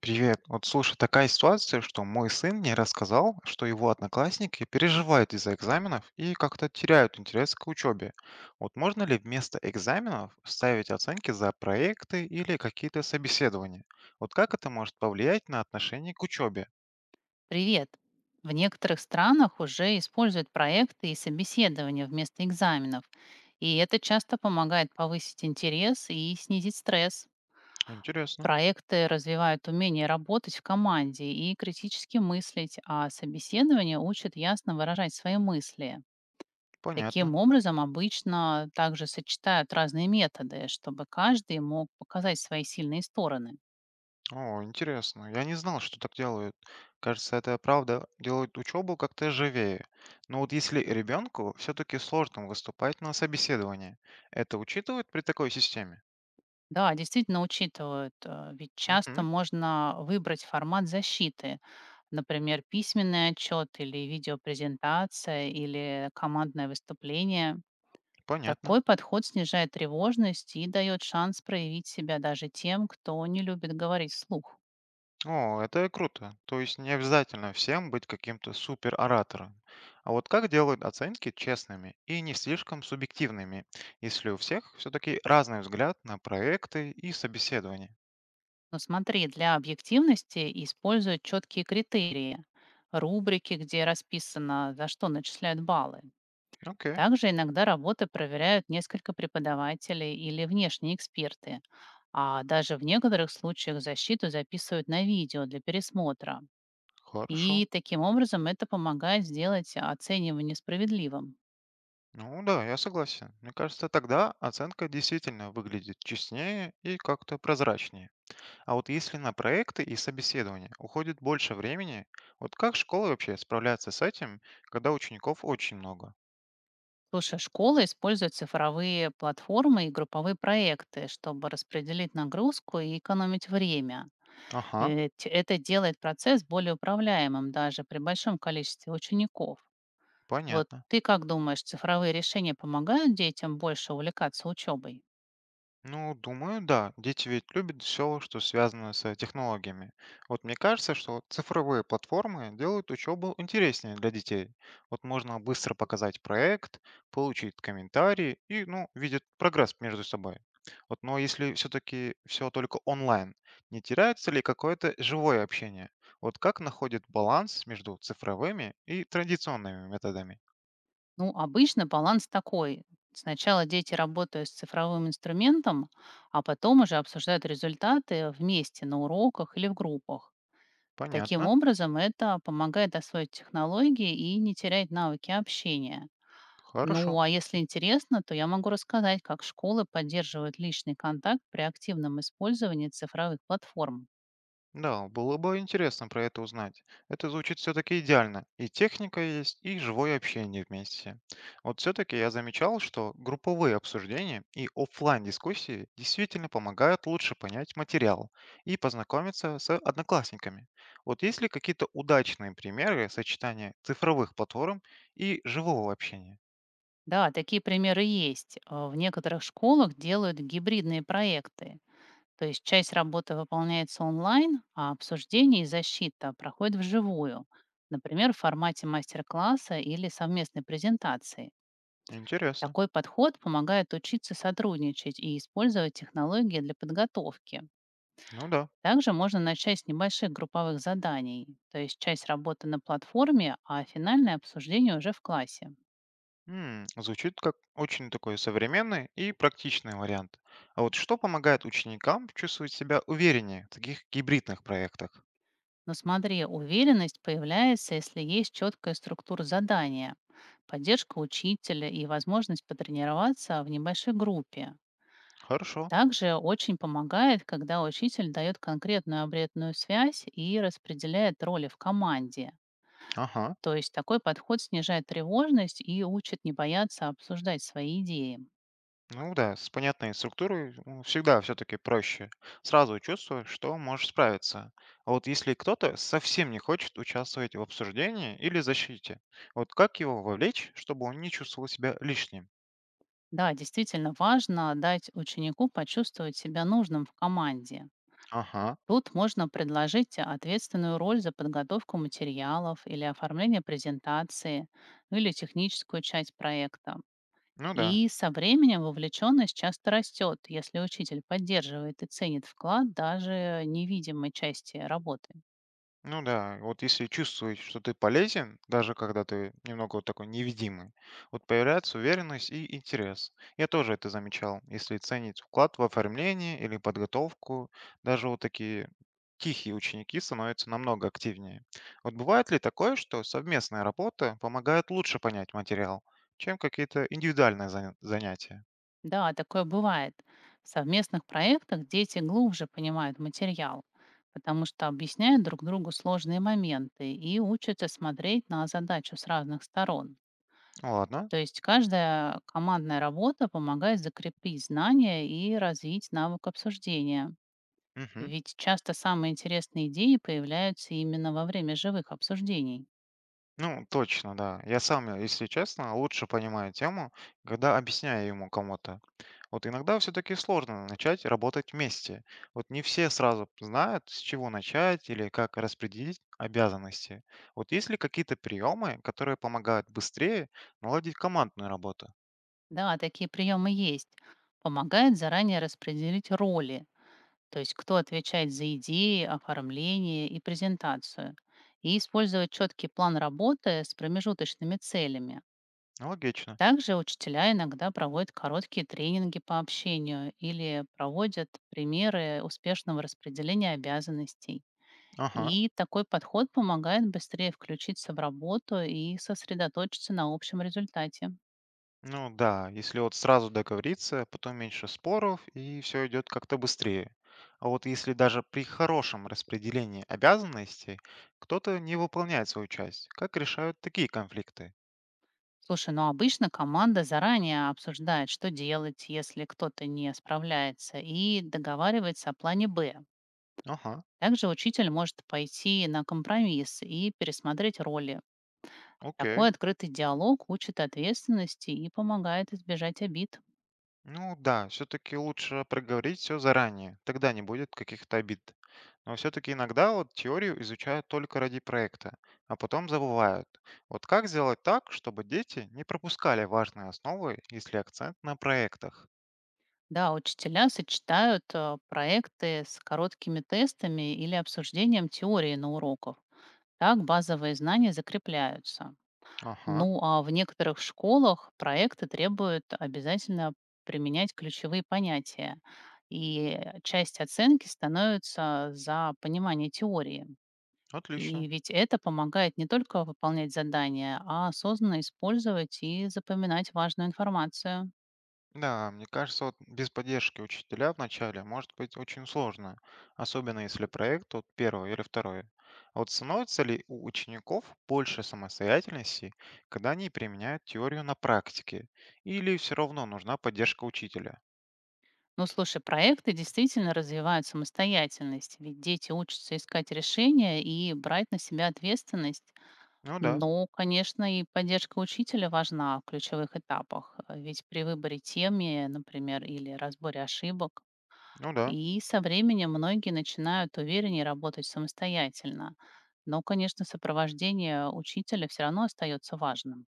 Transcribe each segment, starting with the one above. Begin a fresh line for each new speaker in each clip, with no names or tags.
Привет. Вот слушай, такая ситуация, что мой сын мне рассказал, что его одноклассники переживают из-за экзаменов и как-то теряют интерес к учебе. Вот можно ли вместо экзаменов ставить оценки за проекты или какие-то собеседования? Вот как это может повлиять на отношение к учебе?
Привет! В некоторых странах уже используют проекты и собеседования вместо экзаменов, и это часто помогает повысить интерес и снизить стресс.
Интересно.
Проекты развивают умение работать в команде и критически мыслить, а собеседование учат ясно выражать свои мысли.
Понятно.
Таким образом, обычно также сочетают разные методы, чтобы каждый мог показать свои сильные стороны.
О, интересно. Я не знал, что так делают. Кажется, это правда делает учебу как-то живее. Но вот если ребенку все-таки сложно выступать на собеседовании, это учитывают при такой системе?
Да, действительно учитывают, ведь часто
Мгм,
можно выбрать формат защиты, например, письменный отчет или видеопрезентация или командное выступление.
понятно.
Такой подход снижает тревожность и дает шанс проявить себя даже тем, кто не любит говорить вслух.
О, это круто. То есть не обязательно всем быть каким-то супероратором. А вот как делают оценки честными и не слишком субъективными, если у всех все-таки разный взгляд на проекты и собеседование?
Но смотри, для объективности используют четкие критерии, рубрики, где расписано, за что начисляют баллы.
Окей,
Также иногда работы проверяют несколько преподавателей или внешние эксперты, а даже в некоторых случаях защиту записывают на видео для пересмотра.
хорошо.
И таким образом это помогает сделать оценивание справедливым.
Ну да, я согласен. Мне кажется, тогда оценка действительно выглядит честнее и как-то прозрачнее. А вот если на проекты и собеседования уходит больше времени, вот как школы вообще справляются с этим, когда учеников очень много?
Слушай, школы используют цифровые платформы и групповые проекты, чтобы распределить нагрузку и экономить время.
Ага,
Ведь это делает процесс более управляемым даже при большом количестве учеников. Вот
понятно.
ты как думаешь, цифровые решения помогают детям больше увлекаться учебой?
Ну, думаю, да. Дети ведь любят все, что связано с технологиями. Вот мне кажется, что вот цифровые платформы делают учебу интереснее для детей. Вот можно быстро показать проект, получить комментарии и, ну, видят прогресс между собой. Вот, но если все-таки все только онлайн, не теряется ли какое-то живое общение? Вот как находит баланс между цифровыми и традиционными методами?
Ну, обычно баланс такой. Сначала дети работают с цифровым инструментом, а потом уже обсуждают результаты вместе на уроках или в группах. Таким
Понятно.
образом, это помогает освоить технологии и не терять навыки общения.
Хорошо.
Ну, а если интересно, то я могу рассказать, как школы поддерживают личный контакт при активном использовании цифровых платформ.
Да, было бы интересно про это узнать. Это звучит все-таки идеально. И техника есть, и живое общение вместе. Вот все-таки я замечал, что групповые обсуждения и оффлайн дискуссии действительно помогают лучше понять материал и познакомиться с одноклассниками. Вот есть ли какие-то удачные примеры сочетания цифровых платформ и живого общения?
Да, такие примеры есть. А в некоторых школах делают гибридные проекты, то есть часть работы выполняется онлайн, а обсуждение и защита проходят вживую, например, в формате мастер-класса или совместной презентации.
Интересно.
Такой подход помогает учиться сотрудничать и использовать технологии для подготовки.
Ну да.
Также можно начать с небольших групповых заданий, то есть часть работы на платформе, а финальное обсуждение уже в классе.
М, звучит как очень такой современный и практичный вариант. А вот что помогает ученикам чувствовать себя увереннее в таких гибридных проектах?
Но смотри, уверенность появляется, если есть четкая структура задания, поддержка учителя и возможность потренироваться в небольшой группе.
Хорошо.
Также очень помогает, когда учитель дает конкретную обретную связь и распределяет роли в команде.
Ага.
То есть такой подход снижает тревожность и учит не бояться обсуждать свои идеи.
Ну да, с понятной структурой ну, всегда все-таки проще. Сразу чувствуешь, что можешь справиться. А вот если кто-то совсем не хочет участвовать в обсуждении или защите, вот как его вовлечь, чтобы он не чувствовал себя лишним?
Да, действительно важно дать ученику почувствовать себя нужным в команде.
Ага.
Тут можно предложить ответственную роль за подготовку материалов или оформление презентации, ну или техническую часть проекта.
Ну да.
И со временем вовлеченность часто растет, если учитель поддерживает и ценит вклад даже невидимой части работы.
Ну да, вот если чувствуешь, что ты полезен, даже когда ты немного вот такой невидимый, вот появляется уверенность и интерес. Я тоже это замечал. Если ценить вклад в оформление или подготовку, даже вот такие тихие ученики становятся намного активнее. Вот бывает ли такое, что совместная работа помогает лучше понять материал, чем какие-то индивидуальные занятия?
Да, такое бывает. В совместных проектах дети глубже понимают материал, потому что объясняют друг другу сложные моменты и учатся смотреть на задачу с разных сторон.
Ну ладно.
То есть каждая командная работа помогает закрепить знания и развить навык обсуждения.
Мгм.
Ведь часто самые интересные идеи появляются именно во время живых обсуждений.
Ну, точно, да. Я сам, если честно, лучше понимаю тему, когда объясняю ему кому-то. Вот иногда все-таки сложно начать работать вместе. Вот не все сразу знают, с чего начать или как распределить обязанности. Вот есть ли какие-то приемы, которые помогают быстрее наладить командную работу?
Да, такие приемы есть. Помогает заранее распределить роли, то есть кто отвечает за идеи, оформление и презентацию. И использовать четкий план работы с промежуточными целями.
Ну, логично.
Также учителя иногда проводят короткие тренинги по общению или проводят примеры успешного распределения обязанностей.
Ага.
И такой подход помогает быстрее включиться в работу и сосредоточиться на общем результате.
Ну да, если вот сразу договориться, потом меньше споров и все идет как-то быстрее. А вот если даже при хорошем распределении обязанностей кто-то не выполняет свою часть, как решают такие конфликты?
Слушай, ну обычно команда заранее обсуждает, что делать, если кто-то не справляется, и договаривается о плане «Б».
Ага,
Также учитель может пойти на компромисс и пересмотреть роли.
окей.
Такой открытый диалог учит ответственности и помогает избежать обид.
Ну да, все-таки лучше проговорить все заранее, тогда не будет каких-то обид. Но все-таки иногда вот теорию изучают только ради проекта, а потом забывают. Вот как сделать так, чтобы дети не пропускали важные основы, если акцент на проектах?
Да, учителя сочетают проекты с короткими тестами или обсуждением теории на уроках. Так базовые знания закрепляются.
Ага,
Ну а в некоторых школах проекты требуют обязательно применять ключевые понятия, и часть оценки становится за понимание теории. И
отлично.
ведь это помогает не только выполнять задания, а осознанно использовать и запоминать важную информацию.
Да, мне кажется, вот без поддержки учителя в начале может быть очень сложно, особенно если проект вот первый или второй. А вот становится ли у учеников больше самостоятельности, когда они применяют теорию на практике? Или все равно нужна поддержка учителя?
Ну, слушай, проекты действительно развивают самостоятельность, ведь дети учатся искать решения и брать на себя ответственность.
Ну да,
Но, конечно, и поддержка учителя важна в ключевых этапах, ведь при выборе темы, например, или разборе ошибок.
ну да.
И со временем многие начинают увереннее работать самостоятельно. Но, конечно, сопровождение учителя все равно остается важным.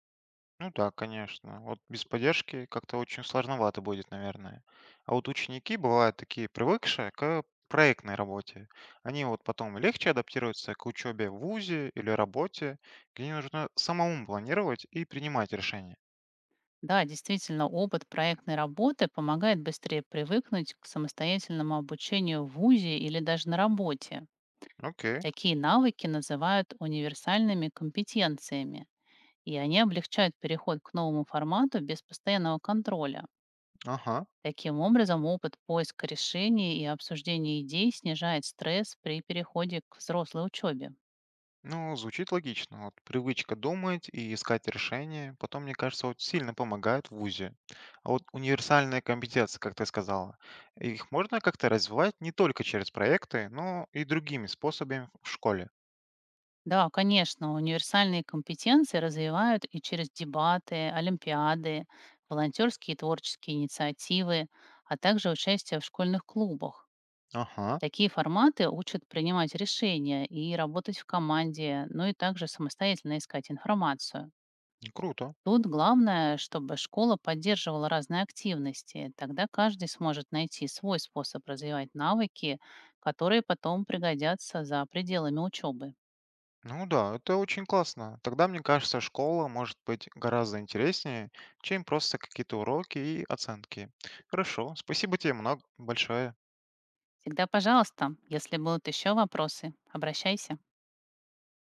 Ну да, конечно. Вот без поддержки как-то очень сложновато будет, наверное. А вот ученики бывают такие привыкшие к проектной работе. Они вот потом легче адаптируются к учебе в ВУЗе или работе, где нужно самому планировать и принимать решения.
Да, действительно, опыт проектной работы помогает быстрее привыкнуть к самостоятельному обучению в ВУЗе или даже на работе.
Окей,
Такие навыки называют универсальными компетенциями, и они облегчают переход к новому формату без постоянного контроля.
ага.
Таким образом, опыт поиска решений и обсуждения идей снижает стресс при переходе к взрослой учебе.
Ну, звучит логично. Вот привычка думать и искать решения, потом, мне кажется, вот сильно помогает в ВУЗе. А вот универсальные компетенции, как ты сказала, их можно как-то развивать не только через проекты, но и другими способами в школе.
Да, конечно, универсальные компетенции развивают и через дебаты, олимпиады, волонтерские и творческие инициативы, а также участие в школьных клубах.
Ага,
Такие форматы учат принимать решения и работать в команде, ну и также самостоятельно искать информацию.
ну, круто.
Тут главное, чтобы школа поддерживала разные активности. Тогда каждый сможет найти свой способ развивать навыки, которые потом пригодятся за пределами учебы.
Ну да, это очень классно. Тогда, мне кажется, школа может быть гораздо интереснее, чем просто какие-то уроки и оценки. Хорошо, спасибо тебе много большое.
Всегда пожалуйста, если будут еще вопросы, обращайся.